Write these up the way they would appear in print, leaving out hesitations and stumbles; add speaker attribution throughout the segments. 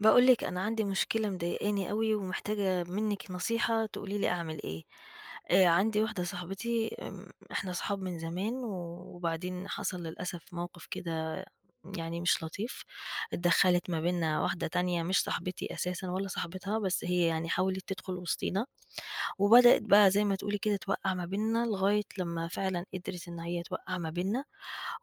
Speaker 1: باقول لِك أنا عندي مشكلة مضايقاني أوي، ومحتاجة منِّك نصيحة تقولي لي أعمل إيه. عندي واحدة صاحبتي إحنا صحاب من زمان، و- وبعدين حصل للأسف موقف كده يعني مش لطيف، اتدخّلت ما بيننا واحدة تانية مش صاحبتي أساسًا ولا صاحبتها، بس هي يعني حاولت تدخل وسطينا، وبدأت بقى زي ما تقولي كده توقّع ما بيننا، لغاية لمّا فعلًا قدرت إن هي توقّع ما بيننا.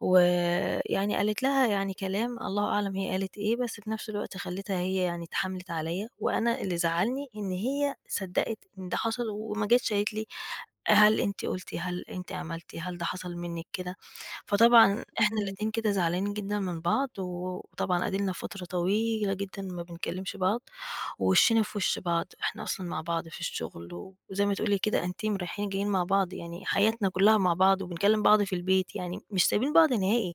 Speaker 1: ويعني قالت لها يعني كلام الله أعلم هي قالت إيه، بس في نفس الوقت خلّتها هي يعني اتحاملت عليّا، وأنا اللي زعّلني إن هي صدّقت إن ده حصل وما جاتش قالت لي هل أنتِ قُلتِ، هل أنتِ عملتِ، هل ده حصل منِّك كده؟ فطبعًا إحنا
Speaker 2: اهم،
Speaker 1: الاتنين كده زعلانين جدًا من بعض، وطبعًا أديلنا فترة طويلة جدًا ما بنكلّمش بعض. ووشّنا في وِش بعض، إحنا أصلًا مع بعض في الشغل، و- وزي ما تقولي كده أنتيم رايحين جايين مع بعض، يعني حياتنا كلّها مع بعض، وبنكلّم بعض في البيت، يعني مش سايبين بعض نهائي،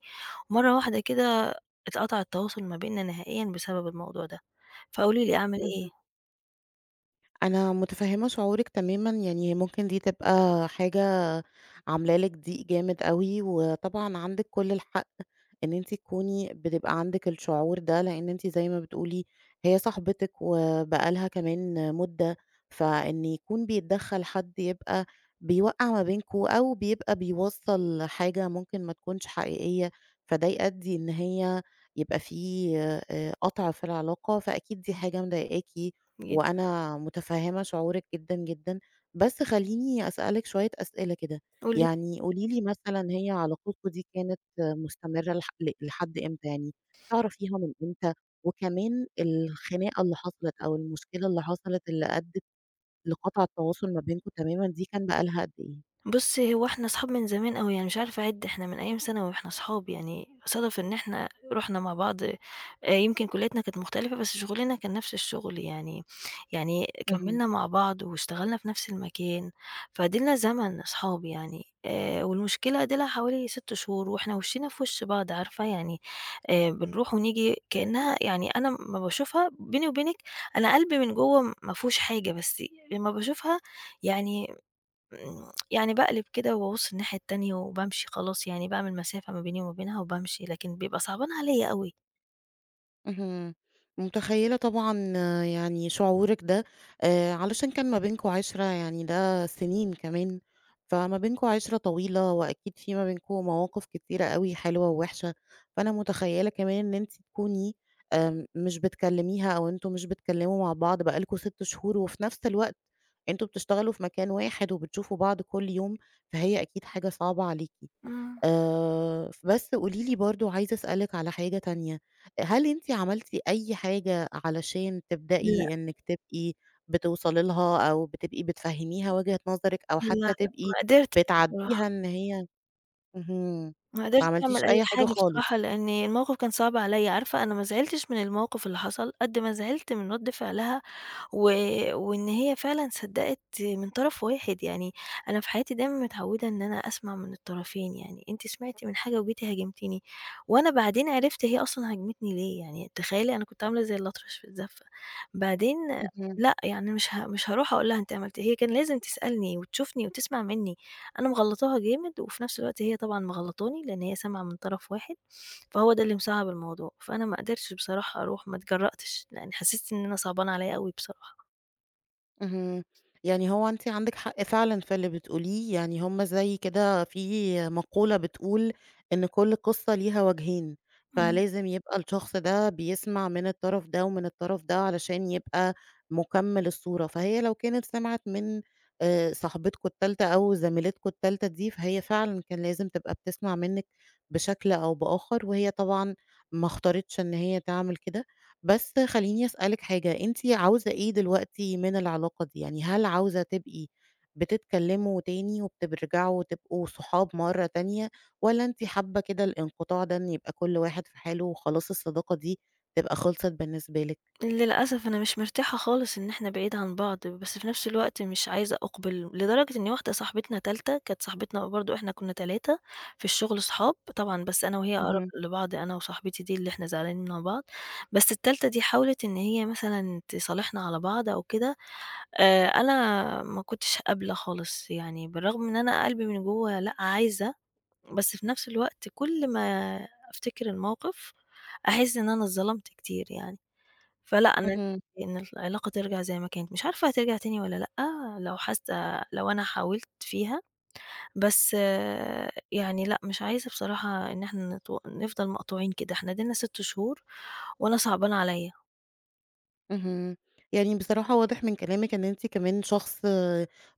Speaker 1: ومرّة واحدة كده اتقطع التواصل ما بيننا نهائيًا بسبب الموضوع ده، فقولي لي أعمل إيه؟
Speaker 2: اهم. أنا متفهمة شعورِك تمامًا، يعني ممكن دي تبقى حاجة عاملة لِك ضيق جامد أوي، وطبعًا عندِك كل الحق إن أنتِ تكوني بتبقى عندِك الشعور ده، لأن أنتِ زي ما بتقولي هي صاحبتِك وبقى لها كمان مدة، فإن يكون بيتدخّل حد يبقى بيوقّع ما بينكم أو بيبقى بيوصّل حاجة ممكن ما تكونش حقيقية، فده يؤدي إن هي يبقى في قطع في العلاقة، فأكيد دي حاجة مضايقاكِ
Speaker 1: ي
Speaker 2: وأنا متفهمة شعورِك جدًا، جدًا. بس خلّيني أسألِك شوية أسئلة كده،
Speaker 1: قولي.
Speaker 2: يعني قولي لي مثلًا هي علاقتكم دي كانت مستمرة لح ل لحد إمتى يعني، تعرفيها من إمتى؟ وكمان الخناقة اللي حصلت أو المشكلة اللي حصلت اللي أدِّت لقطع التواصل ما بينكم تمامًا دي كان بقى لها قد إيه؟
Speaker 1: بُصّي، هو إحنا أصحاب من زمان أوي، يعني مش عارفة أعِد، إحنا من أيام ثانوي وإحنا أصحاب، يعني صَدَف إن إحنا رُحنا مع بعض يمكن كُلّياتنا كانت مختلفة، بس شُغلنا كان نفس الشُغل يعني يعني
Speaker 2: اهم.
Speaker 1: كمّلنا مع بعض واشتغلنا في نفس المكان، فدِيلنا زمن أصحاب يعني والمشكلة دِيلها حوالي 6 شهور وإحنا وِشِّنا في وِش بعض عارفة، يعني بنروح ونيجي كإنّها يعني أنا أمّا باشوفها بيني وبينِك أنا قلبي من جوّه ما فيهوش حاجة، بس أمّا باشوفها يعني يعني باقلب كده وابُص الناحية التانية وبامشي خلاص، يعني باعمل مسافة ما بيني وما بينها وبامشي، لكن بيبقى صعبان عليّا أوي.
Speaker 2: اهم. متخيّلة طبعًا آه، يعني شعورِك ده، علشان كان ما بينكم عِشرة يعني ده سِنين كمان، فما بينكم عِشرة طويلة وأكيد في ما بينكم مواقف كتيرة أوي حلوة ووِحشة، فأنا متخيّلة كمان إن أنتِ تكوني مش بتكلّميها أو أنتم مش بتتكلّموا مع بعض بقى لكم 6 شهور وفي نَفْس الوقت أنتم بتشتغلوا في مكان واحد وبتشوفوا بعض كل يوم، فهي أكيد حاجة صعبة عليكِ.
Speaker 1: إمم.
Speaker 2: بس قولي لي برضه عايزة أسألِك على حاجة تانية، هل أنتِ عملتِ أي حاجة علشان
Speaker 1: لأ،
Speaker 2: تبدئي إنِّك تبقي بتوصلي لها أو بتبقي بتفهّميها وجهة نظرِك أو
Speaker 1: لأ، لأ،
Speaker 2: حتى تبقي
Speaker 1: ما قدرتش بصراحة،
Speaker 2: بتعدّيها إن هي اهم،
Speaker 1: ما قدرتش
Speaker 2: ما
Speaker 1: أعمل
Speaker 2: عملتيش
Speaker 1: أي
Speaker 2: أي حاجة
Speaker 1: حاجة
Speaker 2: خالص.
Speaker 1: بصراحة، لأن الموقف كان صعب عليّا، عارفة أنا ما زعلتش من الموقف اللي حصل، قد ما زعلت من رد فعلها و وإن هي فعلًا صدّقِت من طرف واحد، يعني أنا في حياتي دايمًا متعوّدة إن أنا أسمع من الطرفين، يعني أنتِ سمعتِ من حاجة وجيتِ هاجمتيني، وأنا بعدين عرفت هي أصلًا هاجمتني ليه، يعني تخيّلي أنا كنت عاملة زي الأطرش في الزفة، بعدين
Speaker 2: اهم.
Speaker 1: لأ، يعني مش هاروح أقول لها أنتِ عملتِ إيه. هي كان لازم تسألني وتشوفني وتسمع منّي، أنا مغلّطاها جامد وفي نفس الوقت هي طبعًا مغلّطاني، لإن هي سامعة من طرف واحد، فهو ده اللي مصعّب الموضوع، فأنا ما قدرتش بصراحة أروح، ما اتجرأتش، لإن حسّيت إن أنا صعبان عليّا أوي بصراحة.
Speaker 2: اهم. يعني هو أنتِ عندِك حق فعلًا في اللي بتقوليه، يعني هم زي كده في مقولة بتقول إن كل قصة ليها وجهين،
Speaker 1: إمم.
Speaker 2: فلازم يبقى الشخص ده بيسمع من الطرف ده ومن الطرف ده علشان يبقى مُكمّل الصورة، فهي لو كانت سمعت من صاحبتكم التالتة أو زميلتكم التالتة دي، فهي فعلًا كان لازم تبقى بتسمع منِّك بشكل أو بآخر، وهي طبعًا ما اختارتش إن هي تعمل كده. بس خلّيني أسألِك حاجة، أنتِ عاوزة إيه دلوقتي من العلاقة دي؟ يعني هل عاوزة تبقي بتتكلموا تاني وبترجعوا تبقوا صحاب مرّة تانية، والّا أنتِ حابة كده الانقطاع ده إن يبقى كل واحد في حاله وخلاص الصداقة دي تبقى خلصت بالنسبة لك؟
Speaker 1: للأسف أنا مش مرتاحة خالص إن إحنا بعيد عن بعض، بس في نفس الوقت مش عايزة أقبل، لدرجة إن واحدة صاحبتنا تالتة كانت صاحبتنا برضه إحنا كنا 3 في الشغل صحاب، طبعًا بس أنا وهي أقرب
Speaker 2: اهم،
Speaker 1: لبعض، أنا وصاحبتي دي اللي إحنا زعلانين من بعض، بس التالتة دي حاولت إن هي مثلًا تصالحنا على بعض أو كده، أنا ما كنتش قابلة خالص، يعني بالرغم إن أنا قلبي من جوّه لأ عايزة، بس في نفس الوقت كل ما أفتكر الموقف أحس إن أنا اتظلمت كتير يعني. فلأ أنا
Speaker 2: اهم.
Speaker 1: نفسي إن العلاقة ترجع زي ما كانت، مش عارفة هترجع تاني والّا لأ، لو حاسة لو أنا حاولت فيها، بس يعني لأ، مش عايزة بصراحة إن إحنا نفضل مقطوعين كده، إحنا ديلنا 6 شهور وأنا صعبان عليَّ.
Speaker 2: اهم. يعني بصراحة واضح من كلامِك إن أنتِ كمان شخص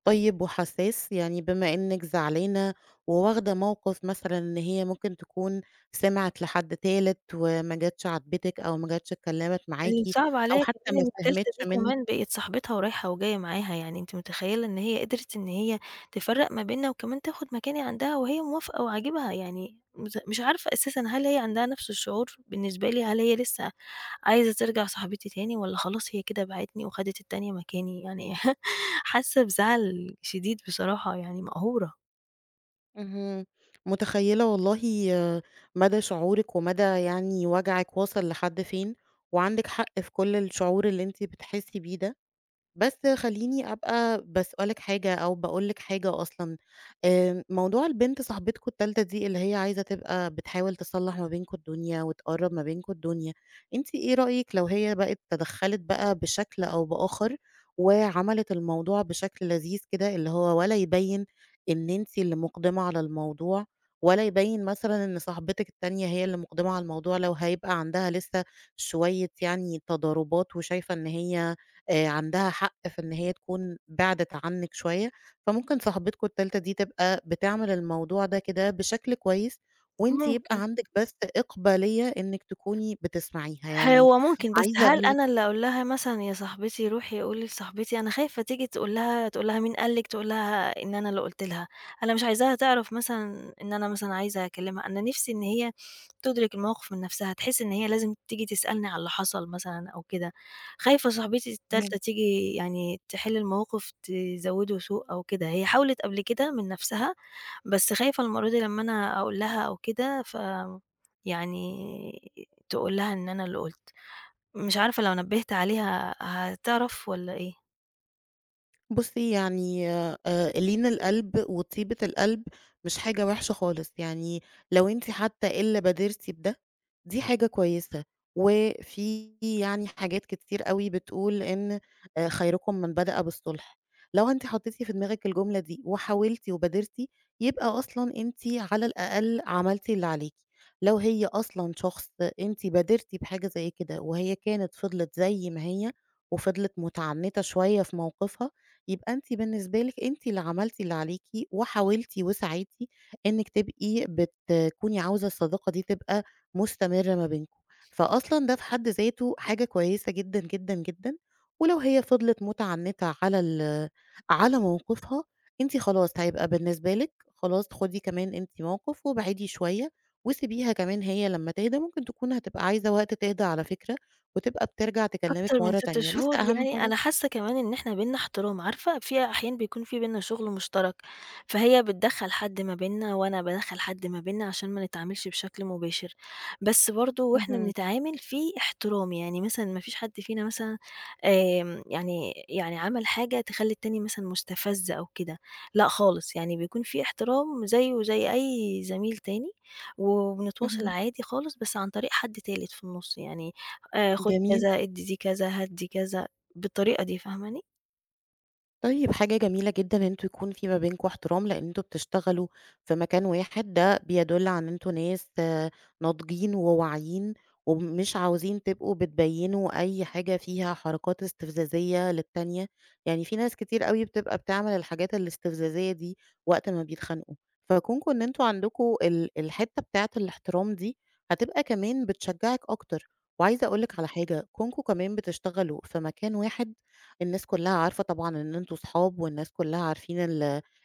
Speaker 2: طيب وحسّاس، يعني بما إنِّك زعلانة وواخدة موقِف مثلًا إن هي ممكن تكون سمعِت لحد تالت وما جاتش عاجبتِك أو ما جاتش اتكلّمت معاكِ
Speaker 1: الصعب
Speaker 2: أو
Speaker 1: عليّا
Speaker 2: حتى
Speaker 1: كمان
Speaker 2: ما
Speaker 1: إن التالتة
Speaker 2: فهمِتش
Speaker 1: دي
Speaker 2: منِّك
Speaker 1: كمان بقت صاحبتها ورايحة وجاية معاها، يعني أنتِ متخيلة إن هي قدرت إن هي تفرّق ما بيننا وكمان تاخد مكاني عندها وهي موافقة وعاجبها، يعني مش عارفة أساسًا هل هي عندها نفس الشعور بالنسبة لي، هل هي لسه عايزة ترجع صاحبتي تاني والّا خلاص هي كده باعتني وخدت التانية مكاني، يعني حاسة بزعل شديد بصراحة، يعني مقهورة.
Speaker 2: اهم. متخيّلة والله آه، مدى شعورِك ومدى يعني وجعِك واصل لحد فين وعندِك حق في كل الشعور اللي أنتِ بتحسّي بيه ده. بس خلّيني أبقى باسأل لِك حاجة أو باقول لِك حاجة أصلًا، موضوع البنت صاحبتكم التالتة دي اللي هي عايزة تبقى بتحاول تصلّح ما بينكم الدنيا وتقرّب ما بينكم الدنيا، أنتِ إيه رأيِك لو هي بقت تدخّلت بقى بشكل أو بآخر وعملت الموضوع بشكل لذيذ كده، اللي هو ولا يبيّن إن أنتِ اللي مُقدِمة على الموضوع، ولا يبيّن مثلًا إن صاحبتِك التانية هي اللي مُقدِمة على الموضوع لو هيبقى عندها لسه شوية يعني تضاربات وشايفة إن هي عندها حق في إن هي تكون بِعدِت عنِّك شوية، فممكن صاحبتكم التالتة دي تبقى بتعمل الموضوع ده كده بشكل كويس، وأنتِ
Speaker 1: ممكن.
Speaker 2: يبقى عندِك بس إقبالية إنِّك تكوني بتسمعيها، يعني
Speaker 1: هو ممكن، بس
Speaker 2: عايزة
Speaker 1: هل
Speaker 2: أقول
Speaker 1: أنا اللي أقول لها مثلًا يا صاحبتي روحي قولي لصاحبتي أنا خايفة تيجي تقول لها تقول لها مين قال لِك، تقول لها إن أنا اللي قُلت لها، أنا مش عايزاها تعرف مثلًا إن أنا مثلًا عايزة أكلمها، أنا نِفْسي إن هي تُدرك الموقف من نَفْسها، تحس إن هي لازم تيجي تسألني على اللي حصل مثلًا أو كده، خايفة صاحبتي
Speaker 2: لِك
Speaker 1: التالتة تيجي يعني تحل الموقف تزوّده سوء أو كده، هي حاولت قبل كده من نَفْسها؟ بس خايفة المرّة دي لمّا أنا أقول لها أو كده يعني تقول لها إن أنا اللي قُلت، مش عارفة لو نبّهت عليها هتعرف والّا إيه؟
Speaker 2: بُصّي، يعني لين القلب وطيبة القلب مش حاجة وحشة خالص، يعني لو أنتِ حتى إلا بادرتِ بده، دي حاجة كويسة، وفي يعني حاجات كتير أوي بتقول إن خيركم من بدأ بالصلح، لو أنتِ حطيتِ في دماغِك الجملة دي وحاولتِ وبادرتِ، يبقى أصلًا أنتِ على الأقل عملتِ اللي عليكِ، لو هي أصلًا شخص أنتِ بادرتِ بحاجة زي كده وهي كانت فضلت زي ما هي وفضلت متعنتة شوية في موقفها، يبقى أنتِ بالنسبة لِك أنتِ اللي عملتِ اللي عليكِ، وحاولتِ وسعيتِ إنِّك تبقي بتكوني عاوزة الصداقة دي تبقى مستمرة ما بينكم، فأصلًا ده في حد ذاته حاجة كويسة جدًا، جدًا، جدًا. ولو هي فضلت متعنتة على على موقفها، أنتِ خلاص هيبقى بالنسبة لِك خلاص خدي كمان أنتِ موقف وابعدي شوية، وسيبيها كمان هي لمّا تهدى، ممكن تكون هتبقى عايزة وقت تهدى على فكرة، وتبقى بترجع تكلمِك
Speaker 1: أكتر من
Speaker 2: مرة
Speaker 1: 6
Speaker 2: تانية، بس
Speaker 1: شهور،
Speaker 2: أهم
Speaker 1: يعني
Speaker 2: حاجة
Speaker 1: أنا حاسة كمان إن إحنا بيننا احترام، عارفة في أحيان بيكون في بيننا شغل مشترك، فهي بتدخّل حد ما بيننا وأنا بادخّل حد ما بيننا عشان ما نتعاملش بشكل مباشر، بس برضه وإحنا
Speaker 2: اهم،
Speaker 1: بنتعامل في احترام، يعني مثلًا ما فيش حد فينا مثلًا يعني عمل حاجة تخلّي التاني مثلًا مُستفَز أو كده، لأ خالص، يعني بيكون في احترام زيه زي أي زميل تاني، وبنتواصل
Speaker 2: اهم.
Speaker 1: عادي خالص بس عن طريق حد تالت في النُص، يعني خُد
Speaker 2: جميل.
Speaker 1: كذا، ادّي دي كذا، هات دي كذا، بالطريقة دي فاهماني؟
Speaker 2: طيب حاجة جميلة جدًا إن أنتم يكون في ما بينكم احترام، لإن أنتم بتشتغلوا في مكان واحد، ده بيدل على إن أنتم ناس ناضجين وواعيين، ومش عاوزين تبقوا بتبيّنوا أي حاجة فيها حركات استفزازية للتانية، يعني في ناس كتير أوي بتبقى بتعمل الحاجات الاستفزازية دي وقت ما بيتخانقوا، فكونكم إن أنتم عندكم الحتّة بتاعة الاحترام دي، هتبقى كمان بتشجّعِك أكتر. وعايزة أقول لِك على حاجة، كونكم كمان بتشتغلوا في مكان واحد الناس كلّها عارفة طبعًا إن أنتم صحاب، والناس كلّها عارفين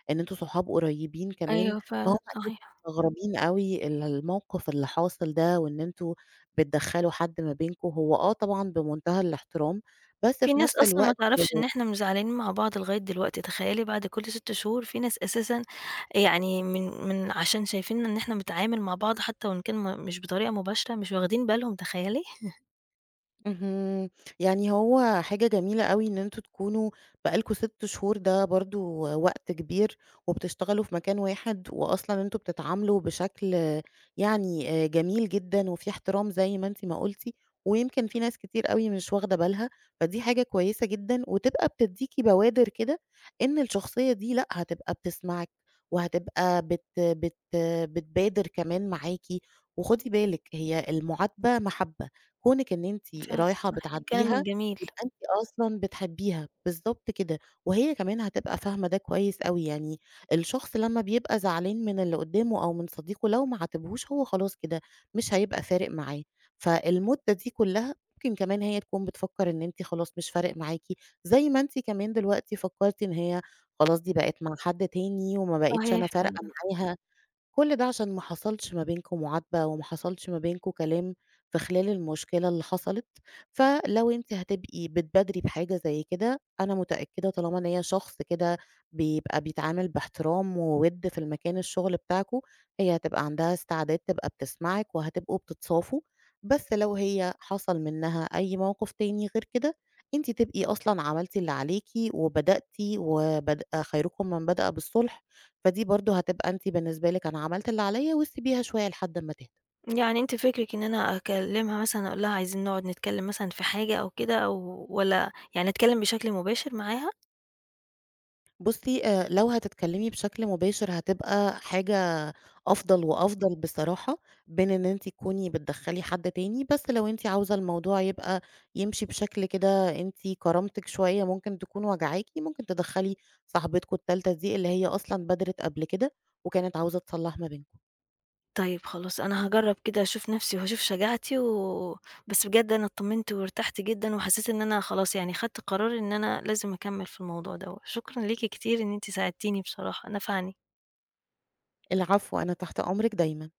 Speaker 2: إن أنتم صحاب قريبين كمان،
Speaker 1: أيوه
Speaker 2: فهُم
Speaker 1: فعلًا،
Speaker 2: أكيد
Speaker 1: صحيح.
Speaker 2: مستغربين أوي الموقف اللي حاصل ده، وإن أنتم بتدخّلوا حد ما بينكم، هو طبعًا بمنتهى الاحترام، بس
Speaker 1: في
Speaker 2: في
Speaker 1: ناس
Speaker 2: نفس
Speaker 1: أصلًا ما
Speaker 2: الوقت
Speaker 1: تعرفش إن إحنا مش زعلانين مع بعض لغاية دلوقتي، تخيّلي بعد كل 6 شهور في ناس أساسًا يعني من عشان شايفين إن إحنا بنتعامل مع بعض حتى وإن كان مش بطريقة مباشرة، مش واخدين بالهم تخيّلي؟
Speaker 2: اهم. يعني هو حاجة جميلة أوي إن أنتم تكونوا بقى لكم 6 شهور، ده برضه وقت كبير وبتشتغلوا في مكان واحد، وأصلًا أنتم بتتعاملوا بشكل يعني جميل جدًا وفي احترام زي ما أنتِ ما قلتِ، ويمكن في ناس كتير أوي مش واخدة بالها، فدي حاجة كويسة جدًا وتبقى بتدّيكِ بوادر كده إن الشخصية دي لأ، هتبقى بتسمعِك وهتبقى بت بت بتبادر كمان معاكِ، وخدي بالِك هي المُعاتبة محبة. كونِك إن أنتِ
Speaker 1: فعلًا،
Speaker 2: رايحة
Speaker 1: صحيح. كلامِك
Speaker 2: بتعاتبيها،
Speaker 1: جميل.
Speaker 2: يبقى أنتِ أصلًا بتحبيها، بالضبط كده، وهي كمان هتبقى فاهمة ده كويس أوي، يعني الشخص لمّا بيبقى زعلان من اللي قدّامه أو من صديقه لو ما عاتبهوش هو خلاص كده، مش هيبقى فارق معاه، فالمدة دي كلّها ممكن كمان هي تكون بتفكّر إن أنتِ خلاص مش فارق معاكِ، زي ما أنتِ كمان دلوقتي فكّرتِ إن هي خلاص دي بقت مع حد تاني وما بقيتش
Speaker 1: صحيح
Speaker 2: أنا فارقة
Speaker 1: فعلًا.
Speaker 2: معاها. كل ده عشان ما حصلش ما بينكم معاتبة، وما حصلش ما بينكم كلام في خلال المشكلة اللي حصلت، فلو أنتِ هتبقي بتبادري بحاجة زي كده، أنا متأكدة طالما إن هي شخص كده بيبقى بيتعامل باحترام ووِد في المكان الشغل بتاعكم، هي هتبقى عندها استعداد تبقى بتسمعِك وهتبقوا بتتصافوا، بس لو هي حصل منها أي موقف تاني غير كده، أنتِ تبقي أصلًا عملتِ اللي عليكِ وبدأتِ خيركم من بدأ بالصلح. فدي برضه هتبقى أنتِ بالنسبة لِك أنا عملت اللي عليّا واسيبيها شوية لحد أمّا تهدى.
Speaker 1: يعني أنتِ فكرِك إن أنا أكلمها مثلًا أقول لها عايزين نقعد نتكلم مثلًا في حاجة أو كده أو والّا يعني أتكلم بشكل مباشر معاها؟
Speaker 2: بُصّي، لو هتتكلمي بشكل مباشر هتبقى حاجة أفضل وأفضل بصراحة، بين إن أنتِ تكوني بتدخّلي حد تاني، بس لو أنتِ عاوزة الموضوع يبقى يمشي بشكل كده أنتِ كرامتِك شوية ممكن تكون واجعاكِ، ممكن تدخّلي صاحبتكم التالتة دي اللي هي أصلًا بادرِت قبل كده، وكانت عاوزة تصلّح ما بينكم.
Speaker 1: طيب خلاص، أنا هاجرّب كده أشوف نَفْسي وهاشوف شجاعتي و بس بجد أنا اتطمنت وارتحت جدًا وحسّيت إن أنا خلاص يعني خدت قرار إن أنا لازم أكمّل في الموضوع دوّة، شكرًا ليكِ كتير إن أنتِ ساعدتيني بصراحة، نفعني.
Speaker 2: العفو، أنا تحت أمرِك دايمًا.